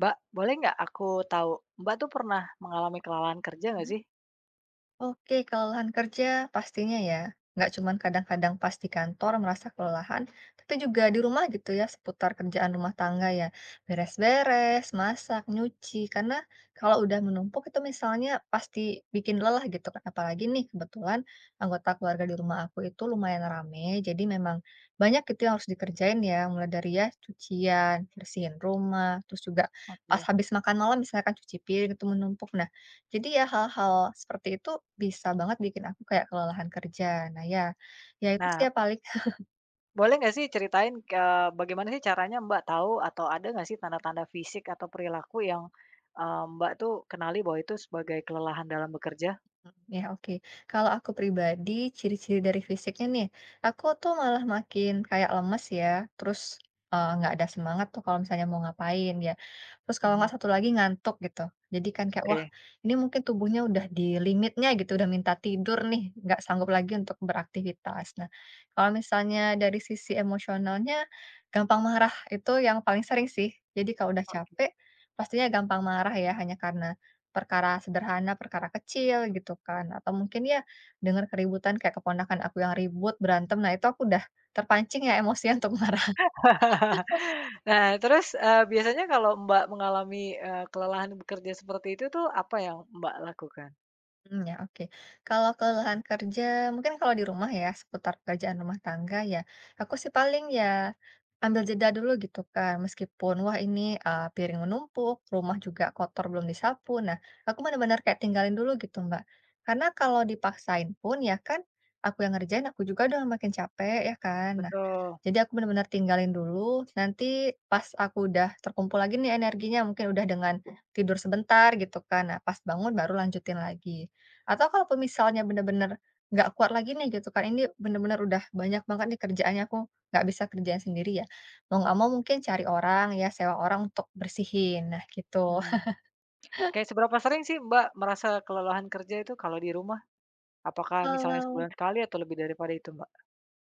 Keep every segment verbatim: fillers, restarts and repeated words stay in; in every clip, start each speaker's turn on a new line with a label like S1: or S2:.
S1: Mbak, boleh nggak aku tahu, Mbak tuh pernah mengalami kelelahan kerja nggak
S2: Mhm.
S1: sih?
S2: Oke, kelelahan kerja pastinya ya, nggak cuman kadang-kadang pas di kantor merasa kelelahan, tapi juga di rumah gitu ya, seputar kerjaan rumah tangga ya, beres-beres, masak, nyuci, karena kalau udah menumpuk itu misalnya pasti bikin lelah gitu kan, apalagi nih kebetulan anggota keluarga di rumah aku itu lumayan rame, jadi memang banyak gitu yang harus dikerjain ya, mulai dari ya cucian, bersihin rumah, terus juga pas
S1: Oke.
S2: habis makan malam misalkan cuci piring itu menumpuk, nah jadi ya hal-hal seperti itu bisa banget bikin aku kayak kelelahan kerja. Nah ya, ya itu sih
S1: Nah,
S2: ya paling
S1: boleh nggak sih ceritain, eee, bagaimana sih caranya Mbak tahu atau ada nggak sih tanda-tanda fisik atau perilaku yang, eee, Mbak tuh kenali bahwa itu sebagai kelelahan dalam bekerja?
S2: ya, oke. Kalau aku pribadi, ciri-ciri dari fisiknya nih, aku tuh malah makin kayak lemes ya, terus eh, nggak ada semangat tuh kalau misalnya mau ngapain ya. Terus kalau
S1: Mhm.
S2: nggak satu lagi ngantuk gitu. Jadi kan kayak, wah
S1: Oke.
S2: ini mungkin tubuhnya udah di limitnya gitu, udah minta tidur nih, nggak sanggup lagi untuk beraktivitas. Nah, kalau misalnya dari sisi emosionalnya, gampang marah itu yang paling sering sih. Jadi kalau udah capek, pastinya gampang marah ya, hanya karena perkara sederhana, perkara kecil gitu kan, atau mungkin ya dengar keributan kayak keponakan aku yang ribut, berantem, nah itu aku udah terpancing ya emosi untuk marah.
S1: Nah, terus, eee, biasanya kalau Mbak mengalami, eee, kelelahan bekerja seperti itu tuh apa yang Mbak lakukan?
S2: Mmm, ya, oke. Kalau kelelahan kerja, mungkin kalau di rumah ya seputar pekerjaan rumah tangga ya, aku sih paling ya ambil jeda dulu gitu kan, meskipun wah ini, eee, piring menumpuk, rumah juga kotor belum disapu, nah aku benar-benar kayak tinggalin dulu gitu, Mbak. Karena kalau dipaksain pun ya kan, aku yang ngerjain, aku juga udah makin capek ya kan.
S1: Betul,
S2: Jadi aku benar-benar tinggalin dulu, nanti pas aku udah terkumpul lagi nih energinya, mungkin udah dengan tidur sebentar gitu kan, nah pas bangun baru lanjutin lagi. Atau kalau misalnya benar-benar nggak kuat lagi nih gitu kan, ini benar-benar udah banyak banget nih kerjaannya, aku nggak bisa kerjain sendiri ya, mau nggak mau mungkin cari orang ya, sewa orang untuk bersihin, nah gitu.
S1: mmm. Kayak seberapa sering sih Mbak merasa kelelahan kerja itu kalau di rumah? Apakah misalnya
S2: Kalau
S1: sebulan sekali atau lebih daripada itu, Mbak?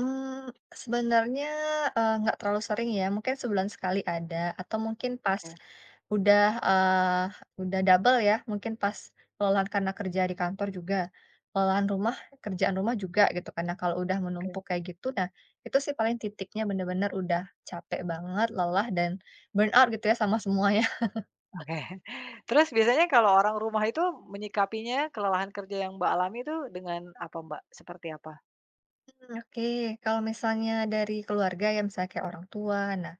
S2: Mmm, sebenarnya, eee, nggak terlalu sering ya, mungkin sebulan sekali ada, atau mungkin pas
S1: Oke
S2: udah, eee, udah double ya, mungkin pas kelelahan karena kerja di kantor juga, kelelahan rumah kerjaan rumah juga gitu kan. Nah, kalau udah
S1: oke
S2: menumpuk kayak gitu, nah itu sih paling titiknya bener-bener udah capek banget, lelah, dan burn out gitu ya sama semuanya.
S1: oke. Terus biasanya kalau orang rumah itu menyikapinya kelelahan kerja yang Mbak alami itu dengan apa, Mbak? Seperti apa?
S2: Mmm, oke, kalau misalnya dari keluarga ya, misalnya kayak orang tua, nah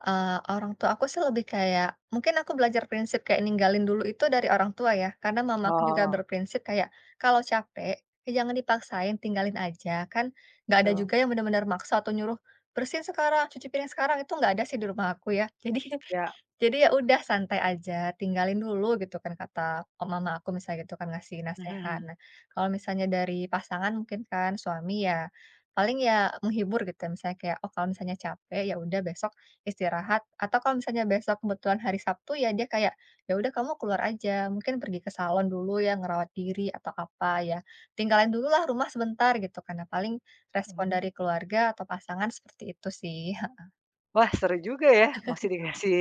S2: Eee, orang tua aku sih lebih kayak mungkin aku belajar prinsip kayak ninggalin dulu itu dari orang tua ya, karena mama aku juga
S1: Oh,
S2: berprinsip kayak, "Kalau capek, ya jangan dipaksain, tinggalin aja." Kan nggak ada
S1: betul.
S2: juga yang benar-benar maksa atau nyuruh, "Bersihin sekarang, cuci piring sekarang." Itu nggak ada sih di rumah aku ya. Jadi
S1: Ya.
S2: jadi ya udah santai aja, tinggalin dulu gitu kan kata o mama aku misalnya gitu kan ngasih
S1: Mhm
S2: nasehat.
S1: mhm.
S2: Nah, kalau misalnya dari pasangan mungkin kan suami ya paling ya menghibur gitu ya, misalnya kayak, "Oh, kalau misalnya capek ya udah besok istirahat," atau kalau misalnya besok kebetulan hari Sabtu ya dia kayak, "Ya udah kamu keluar aja, mungkin pergi ke salon dulu ya, ngerawat diri atau apa ya, tinggalin dulu lah rumah sebentar," gitu. Karena paling respon dari
S1: Mmm.
S2: keluarga atau pasangan seperti itu sih.
S1: Wah, seru juga ya, masih dikasih,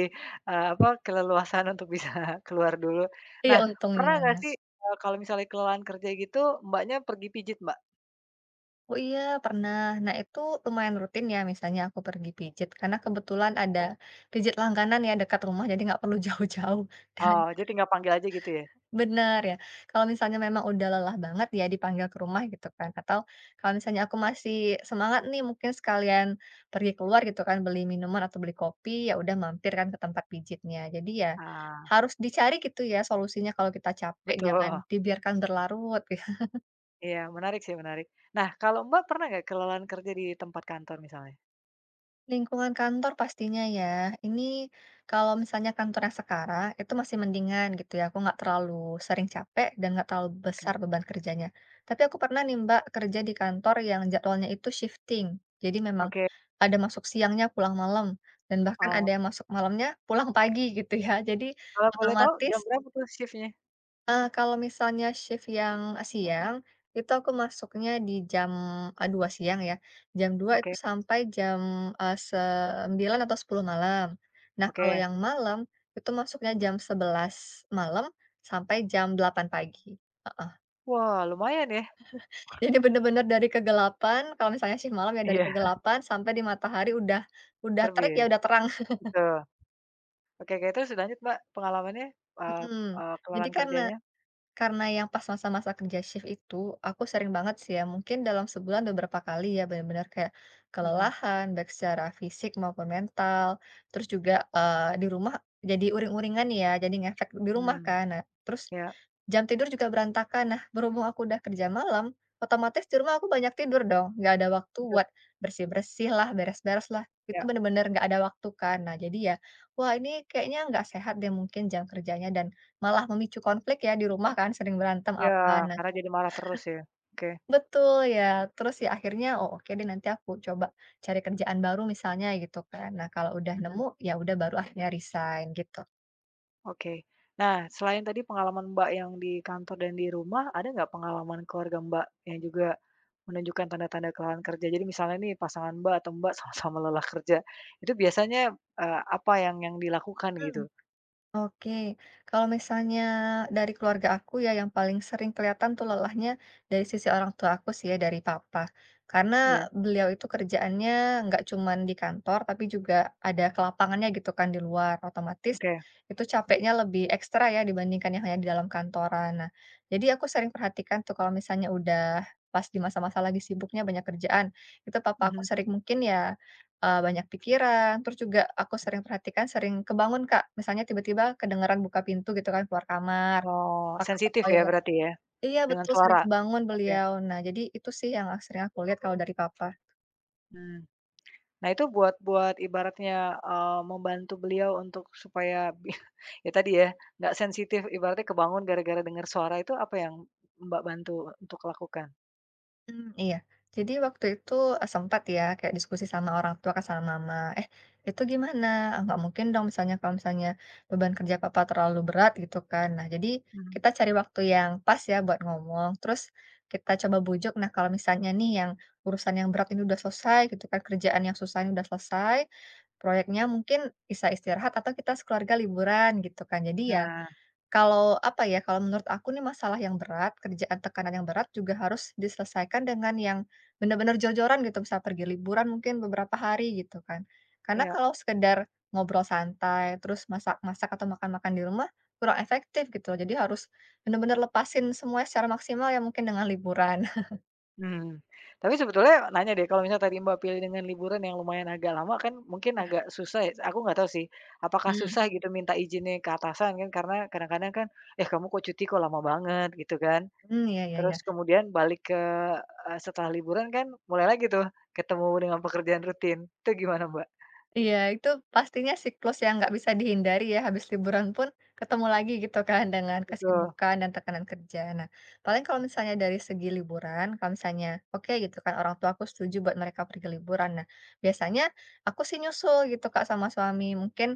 S1: eee, apa, keleluasaan untuk bisa keluar dulu.
S2: Iya
S1: Nah, pernah
S2: untungnya.
S1: nggak sih, eee, kalau misalnya kelelahan kerja gitu Mbaknya pergi pijit, Mbak?
S2: Oh iya, pernah. Nah, itu lumayan rutin ya, misalnya aku pergi pijit, karena kebetulan ada pijit langganan ya dekat rumah, jadi nggak perlu jauh-jauh. Dan
S1: Oh, jadi tinggal panggil aja gitu ya?
S2: benar ya, kalau misalnya memang udah lelah banget ya dipanggil ke rumah gitu kan. Atau kalau misalnya aku masih semangat nih, mungkin sekalian pergi keluar gitu kan, beli minuman atau beli kopi, ya udah mampir kan ke tempat pijitnya. Jadi ya
S1: Ah,
S2: harus dicari gitu ya solusinya kalau kita capek, jangan
S1: betul.
S2: dibiarkan berlarut gitu.
S1: Iya, menarik sih, menarik. Nah, kalau Mbak pernah nggak kelelahan kerja di tempat kantor misalnya?
S2: Lingkungan kantor pastinya ya. Ini kalau misalnya kantor yang sekarang itu masih mendingan gitu ya. Aku nggak terlalu sering capek dan nggak terlalu
S1: Oke.
S2: besar beban kerjanya. Tapi aku pernah nih Mbak kerja di kantor yang jadwalnya itu shifting. Jadi memang
S1: Oke,
S2: ada masuk siangnya pulang malam dan bahkan ada
S1: oh,
S2: yang masuk malamnya pulang pagi gitu ya. Jadi
S1: kalau boleh tahu jam
S2: otomatis
S1: berapa tuh shift-nya?
S2: Eee, kalau misalnya shift yang siang, itu aku masuknya di jam, eee, dua siang ya, jam dua itu
S1: Oke
S2: sampai jam, eee, sembilan atau sepuluh malam. Nah, kalau
S1: oke.
S2: yang malam, itu masuknya jam sebelas malam sampai jam delapan pagi, heeh.
S1: Wah, lumayan ya.
S2: Jadi bener-bener dari kegelapan, kalau misalnya shift malam ya dari
S1: Iya,
S2: kegelapan sampai di matahari udah udah terik ya
S1: terbit,
S2: udah terang.
S1: betul. Oke oke, terus lanjut Mbak, pengalamannya, eee
S2: Mhm.
S1: eee,
S2: Jadi
S1: kelelahan
S2: karena
S1: kerjanya?
S2: Karena yang pas masa-masa kerja shift itu, aku sering banget sih ya, mungkin dalam sebulan beberapa kali ya, benar-benar kayak
S1: Mhm,
S2: kelelahan, baik secara fisik maupun mental. Terus juga eh, di rumah jadi uring-uringan ya, jadi ngefek di rumah
S1: mmm,
S2: kan. Nah, terus
S1: ya,
S2: jam tidur juga berantakan. Nah, berhubung aku udah kerja malam, otomatis di rumah aku banyak tidur dong. Nggak ada waktu
S1: betul,
S2: buat bersih-bersih lah, beres-beres lah. Itu
S1: iya.
S2: bener-bener nggak ada waktu kan. Nah, jadi ya, wah ini kayaknya nggak sehat deh mungkin jam kerjanya dan malah memicu konflik ya di rumah kan sering berantem
S1: Iya,
S2: apa. Nah
S1: karena jadi malas terus ya. Oke,
S2: betul ya, terus ya akhirnya, "Oh oke deh nanti aku coba cari kerjaan baru," misalnya gitu kan. Nah kalau udah nemu,
S1: mhm.
S2: ya udah baru akhirnya resign gitu.
S1: Oke. Nah, selain tadi pengalaman Mbak yang di kantor dan di rumah, ada nggak pengalaman keluarga Mbak yang juga menunjukkan tanda-tanda kelelahan kerja? Jadi misalnya nih pasangan Mbak atau Mbak sama-sama lelah kerja, itu biasanya, eee, apa yang yang dilakukan
S2: Mmm.
S1: gitu?
S2: Oke, kalau misalnya dari keluarga aku ya yang paling sering kelihatan tuh lelahnya dari sisi orang tua aku sih ya, dari papa. Karena
S1: Iya,
S2: beliau itu kerjaannya nggak cuman di kantor, tapi juga ada ke lapangannya gitu kan di luar. Otomatis
S1: oke.
S2: itu capeknya lebih ekstra ya dibandingkan yang hanya di dalam kantoran. Nah, jadi aku sering perhatikan tuh kalau misalnya udah pas di masa-masa lagi sibuknya banyak kerjaan, itu papa aku
S1: Mhm.
S2: sering mungkin ya Eee, banyak pikiran, terus juga aku sering perhatikan sering kebangun, Kak. Misalnya tiba-tiba kedengeran buka pintu gitu kan keluar kamar,
S1: Oh,
S2: apakah ke
S1: sensitif ya
S2: toilet
S1: berarti ya,
S2: iya
S1: dengan
S2: betul, sering
S1: suara?
S2: kebangun
S1: Oke,
S2: beliau. Nah, jadi itu sih yang sering aku lihat kalau dari papa.
S1: mmm. Nah itu buat buat ibaratnya, eee, membantu beliau untuk supaya bi ya tadi ya, nggak sensitif ibaratnya kebangun gara-gara dengar suara itu apa yang Mbak bantu untuk lakukan?
S2: Mmm, iya. Jadi waktu itu, eee, sempat ya kayak diskusi sama orang tua kan sama mama, "Eh, itu gimana? Ah, nggak mungkin dong misalnya kalau misalnya beban kerja papa terlalu berat," gitu kan. Nah, jadi
S1: Mhm.
S2: kita cari waktu yang pas ya buat ngomong, terus kita coba bujuk, "Nah, kalau misalnya nih yang urusan yang berat ini udah selesai," gitu kan, "kerjaan yang susah ini udah selesai, proyeknya mungkin bisa istirahat atau kita sekeluarga liburan," gitu kan. Jadi ya
S1: Nah,
S2: kalau, apa ya, kalau menurut aku nih masalah yang berat, kerjaan tekanan yang berat juga harus diselesaikan dengan yang benar-benar jor-joran gitu, misal pergi liburan mungkin beberapa hari gitu kan. Karena
S1: iya,
S2: kalau sekedar ngobrol santai, terus masak-masak atau makan-makan di rumah, kurang efektif gitu loh. Jadi harus benar-benar lepasin semua secara maksimal ya mungkin dengan liburan.
S1: mhm. Tapi sebetulnya nanya deh kalau misalnya tadi Mbak pilih dengan liburan yang lumayan agak lama kan mungkin agak susah ya, aku nggak tahu sih, apakah
S2: Hmm.
S1: susah gitu minta izinnya ke atasan kan karena kadang-kadang kan, "Eh kamu kok cuti kok lama banget?" Gitu kan.
S2: Mmm, iya, iya, iya.
S1: Terus kemudian balik ke eee, setelah liburan kan mulai lagi tuh ketemu dengan pekerjaan rutin, itu gimana, Mbak?
S2: Iya, itu pastinya siklus yang nggak bisa dihindari ya, habis liburan pun ketemu lagi gitu kan dengan
S1: Betul.
S2: kesibukan dan tekanan kerja. Nah, paling kalau misalnya dari segi liburan, kalau misalnya oke gitu kan orang tua aku setuju buat mereka pergi liburan. Nah, biasanya aku sih nyusul gitu Kak sama suami. Mungkin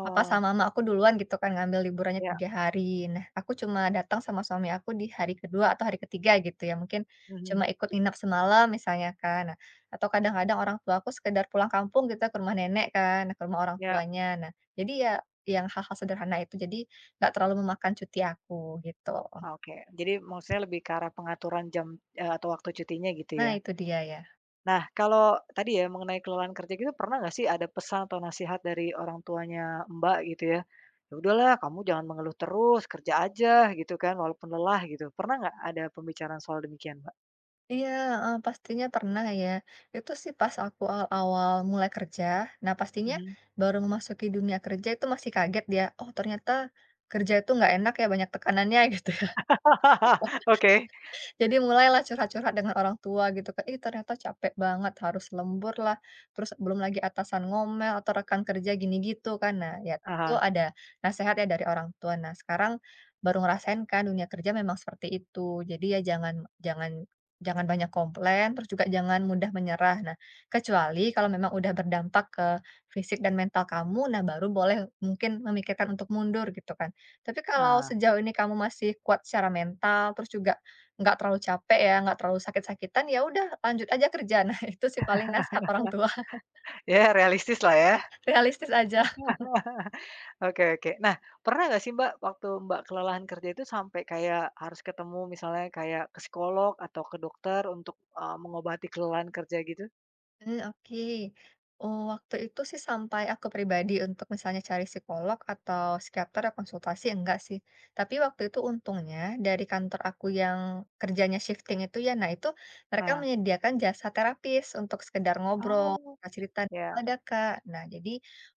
S2: papa sama mama aku duluan gitu kan ngambil liburannya
S1: ya,
S2: tiga hari. Nah, aku cuma datang sama suami aku di hari kedua atau hari ketiga gitu ya. Mungkin cuma
S1: mhm,
S2: ikut inap semalam misalnya kan. Atau kadang-kadang orang tua aku sekedar pulang kampung gitu ya ke rumah nenek kan, ke rumah orang
S1: ya,
S2: tuanya. Nah, jadi ya yang hal-hal sederhana itu, jadi nggak terlalu memakan cuti aku gitu.
S1: oke. Jadi maksudnya lebih ke arah pengaturan jam, eee, atau waktu cutinya gitu
S2: Nah,
S1: ya.
S2: itu dia ya.
S1: Nah, kalau tadi ya mengenai kelelahan kerja gitu, pernah nggak sih ada pesan atau nasihat dari orang tuanya Mbak gitu ya? "Ya udahlah kamu jangan mengeluh terus, kerja aja," gitu kan, "walaupun lelah," gitu. Pernah nggak ada pembicaraan soal demikian, Mbak?
S2: Iya, heeh, pastinya pernah ya. Itu sih pas aku awal-awal mulai kerja. Nah, pastinya
S1: Mhm.
S2: baru memasuki dunia kerja itu masih kaget ya, oh ternyata kerja itu nggak enak ya, banyak tekanannya gitu.
S1: Oke.
S2: Jadi mulailah curhat-curhat dengan orang tua gitu kan, "Ih, ternyata capek banget, harus lembur lah," terus belum lagi atasan ngomel atau rekan kerja gini gitu kan. Nah, ya
S1: Ah
S2: itu
S1: hah,
S2: ada nasihat ya dari orang tua. Nah, sekarang baru ngerasain kan dunia kerja memang seperti itu. Jadi ya jangan jangan jangan banyak komplain, terus juga jangan mudah menyerah. Nah, kecuali kalau memang udah berdampak ke fisik dan mental kamu, nah baru boleh mungkin memikirkan untuk mundur gitu kan. Tapi kalau
S1: ah.
S2: sejauh ini kamu masih kuat secara mental, terus juga nggak terlalu capek ya, nggak terlalu sakit-sakitan, ya udah lanjut aja kerja. Nah, itu sih paling nasihat orang tua,
S1: Ya realistis lah ya.
S2: realistis aja.
S1: Oke oke. Nah, pernah nggak sih Mbak, waktu Mbak kelelahan kerja itu sampai kayak harus ketemu misalnya kayak ke psikolog atau ke dokter untuk, eee, mengobati kelelahan kerja gitu?
S2: Eee, oke. Oh, waktu itu sih sampai aku pribadi untuk misalnya cari psikolog atau psikiater ya konsultasi enggak sih. Tapi waktu itu untungnya dari kantor aku yang kerjanya shifting itu ya, nah itu mereka
S1: Nah.
S2: menyediakan jasa terapis untuk sekedar ngobrol,
S1: Oh,
S2: cerita gitu
S1: ya.
S2: ada, Kak. Nah, jadi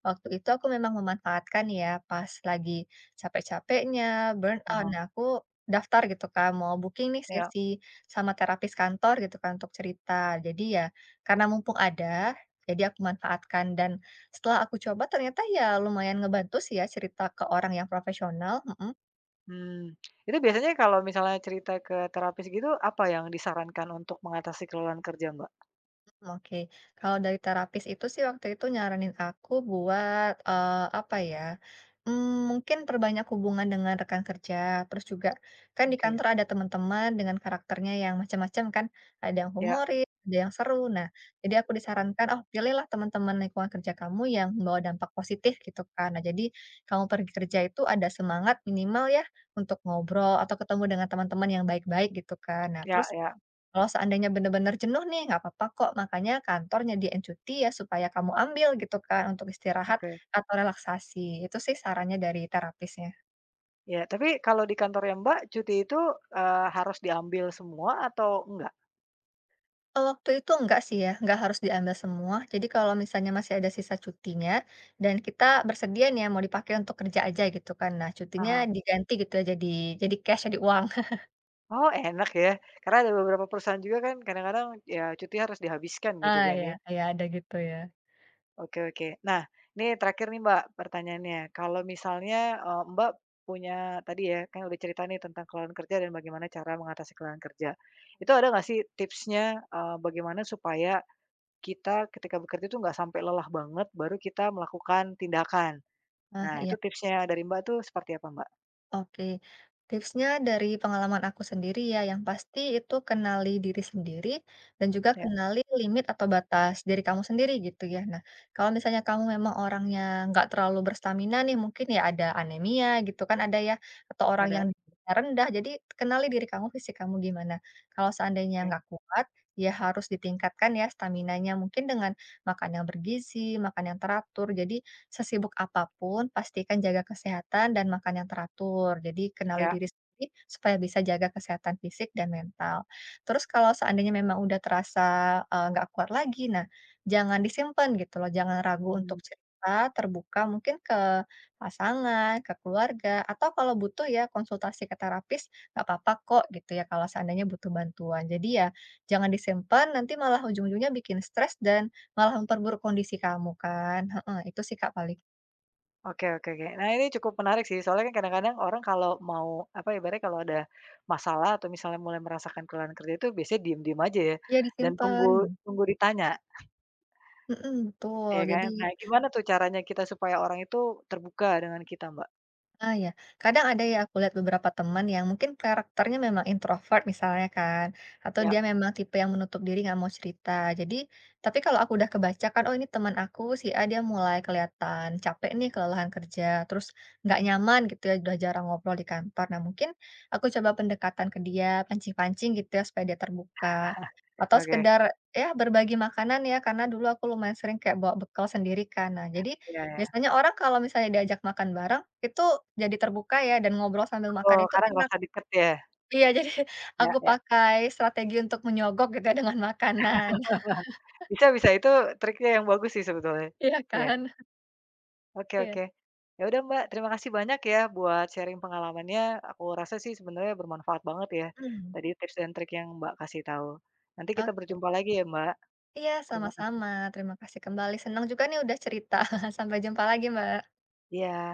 S2: waktu itu aku memang memanfaatkan ya pas lagi capek-capeknya, burnout,
S1: Mhm,
S2: nah aku daftar gitu kan, mau booking nih
S1: ya.
S2: sesi sama terapis kantor gitu kan untuk cerita. Jadi ya karena mumpung ada, jadi aku manfaatkan dan setelah aku coba ternyata ya lumayan ngebantu sih ya cerita ke orang yang profesional. Mhm.
S1: Hmm, itu biasanya kalau misalnya cerita ke terapis gitu, apa yang disarankan untuk mengatasi kelelahan kerja Mbak?
S2: Oke, kalau dari terapis itu sih waktu itu nyaranin aku buat eh, apa ya? mm, mungkin perbanyak hubungan dengan rekan kerja, terus juga kan di
S1: Oke.
S2: kantor ada teman-teman dengan karakternya yang macam-macam kan, ada yang
S1: Ya
S2: humoris, ada yang seru. Nah, jadi aku disarankan, oh pilihlah teman-teman lingkungan kerja kamu yang membawa dampak positif gitu kan. Nah, jadi kamu pergi kerja itu ada semangat minimal ya untuk ngobrol atau ketemu dengan teman-teman yang baik-baik gitu kan. Nah,
S1: ya
S2: terus
S1: ya.
S2: kalau seandainya benar-benar jenuh nih, nggak apa-apa kok, makanya kantor nyediain cuti ya supaya kamu ambil gitu kan untuk istirahat
S1: Oke.
S2: atau relaksasi. Itu sih sarannya dari terapisnya.
S1: Ya, tapi kalau di kantornya Mbak, cuti itu, eee, harus diambil semua atau enggak?
S2: Eee, waktu itu enggak sih ya, nggak harus diambil semua. Jadi kalau misalnya masih ada sisa cutinya dan kita bersedia nih ya mau dipakai untuk kerja aja gitu kan. Nah, cutinya
S1: Ah.
S2: diganti gitu ya jadi jadi cash, jadi uang.
S1: Oh, enak ya. Karena ada beberapa perusahaan juga kan kadang-kadang ya cuti harus dihabiskan gitu
S2: Ah,
S1: kan
S2: ya,
S1: ya.
S2: ya ada gitu ya.
S1: Oke oke. Nah, ini terakhir nih Mbak pertanyaannya. Kalau misalnya, eee, Mbak punya tadi ya, kan udah cerita nih tentang keluhan kerja dan bagaimana cara mengatasi keluhan kerja. Itu ada nggak sih tipsnya, eee, bagaimana supaya kita ketika bekerja itu nggak sampai lelah banget baru kita melakukan tindakan?
S2: Ah,
S1: Nah,
S2: iya.
S1: itu tipsnya dari Mbak tuh seperti apa Mbak?
S2: Oke, tipsnya dari pengalaman aku sendiri ya, yang pasti itu kenali diri sendiri dan juga
S1: Ya,
S2: kenali limit atau batas diri kamu sendiri gitu ya. Nah, kalau misalnya kamu memang orangnya nggak terlalu berstamina nih, mungkin ya ada anemia gitu kan ada ya, atau orang yang
S1: ada?
S2: rendah, jadi kenali diri kamu, fisik kamu gimana. Kalau seandainya
S1: Oke.
S2: nggak kuat, ya harus ditingkatkan ya staminanya mungkin dengan makan yang bergizi, makan yang teratur. Jadi sesibuk apapun pastikan jaga kesehatan dan makan yang teratur. Jadi kenali
S1: Ya.
S2: diri sendiri supaya bisa jaga kesehatan fisik dan mental. Terus kalau seandainya memang udah terasa, eee, nggak kuat lagi, nah jangan disimpan gitu loh, jangan ragu untuk
S1: Mmm.
S2: cerita terbuka mungkin ke pasangan, ke keluarga, atau kalau butuh ya konsultasi ke terapis, nggak apa-apa kok gitu ya kalau seandainya butuh bantuan. Jadi ya jangan disimpan, nanti malah ujung-ujungnya bikin stres dan malah memperburuk kondisi kamu kan, heeh, itu sih Kak paling.
S1: Oke oke oke. Nah ini cukup menarik sih, soalnya kan kadang-kadang orang kalau mau, apa, ya, ibaratnya kalau ada masalah atau misalnya mulai merasakan kelelahan kerja itu biasanya diem-diem aja ya,
S2: Iya
S1: dan
S2: disimpan,
S1: tunggu, tunggu ditanya,
S2: mhm, betul
S1: ya
S2: jadi
S1: kan? Nah gimana tuh caranya kita supaya orang itu terbuka dengan kita, Mbak?
S2: ah, ya. Kadang ada ya aku lihat beberapa teman yang mungkin karakternya memang introvert misalnya kan, atau
S1: Ya,
S2: dia memang tipe yang menutup diri nggak mau cerita. Jadi, tapi kalau aku udah kebaca kan, oh ini teman aku si A dia mulai kelihatan capek nih kelelahan kerja, terus nggak
S1: mmm,
S2: nyaman gitu ya, udah jarang ngobrol di kantor. Nah mungkin aku coba pendekatan ke dia, pancing-pancing gitu ya supaya dia terbuka. Atau
S1: oke,
S2: sekedar ya berbagi makanan ya, karena dulu aku lumayan sering kayak bawa bekal sendiri kan. Nah jadi
S1: iya ya.
S2: biasanya orang kalau misalnya diajak makan bareng, itu jadi terbuka ya dan ngobrol sambil makan
S1: Betul,
S2: itu
S1: karena
S2: enak.
S1: ngerasa deket ya,
S2: Iya, jadi
S1: ya
S2: aku
S1: ya.
S2: pakai strategi untuk menyogok gitu ya dengan makanan.
S1: Bisa bisa, itu triknya yang bagus sih sebetulnya.
S2: Iya
S1: Ya.
S2: kan?
S1: Oke
S2: Iya.
S1: oke. Ya udah Mbak, terima kasih banyak ya buat sharing pengalamannya. Aku rasa sih sebenarnya bermanfaat banget ya,
S2: Mmm,
S1: tadi tips dan trik yang Mbak kasih tahu. Nanti kita
S2: oke.
S1: berjumpa lagi ya Mbak.
S2: Iya,
S1: Terima kasih.
S2: sama-sama. Terima kasih kembali. Senang juga nih udah cerita. Sampai jumpa lagi, Mbak.
S1: Iya.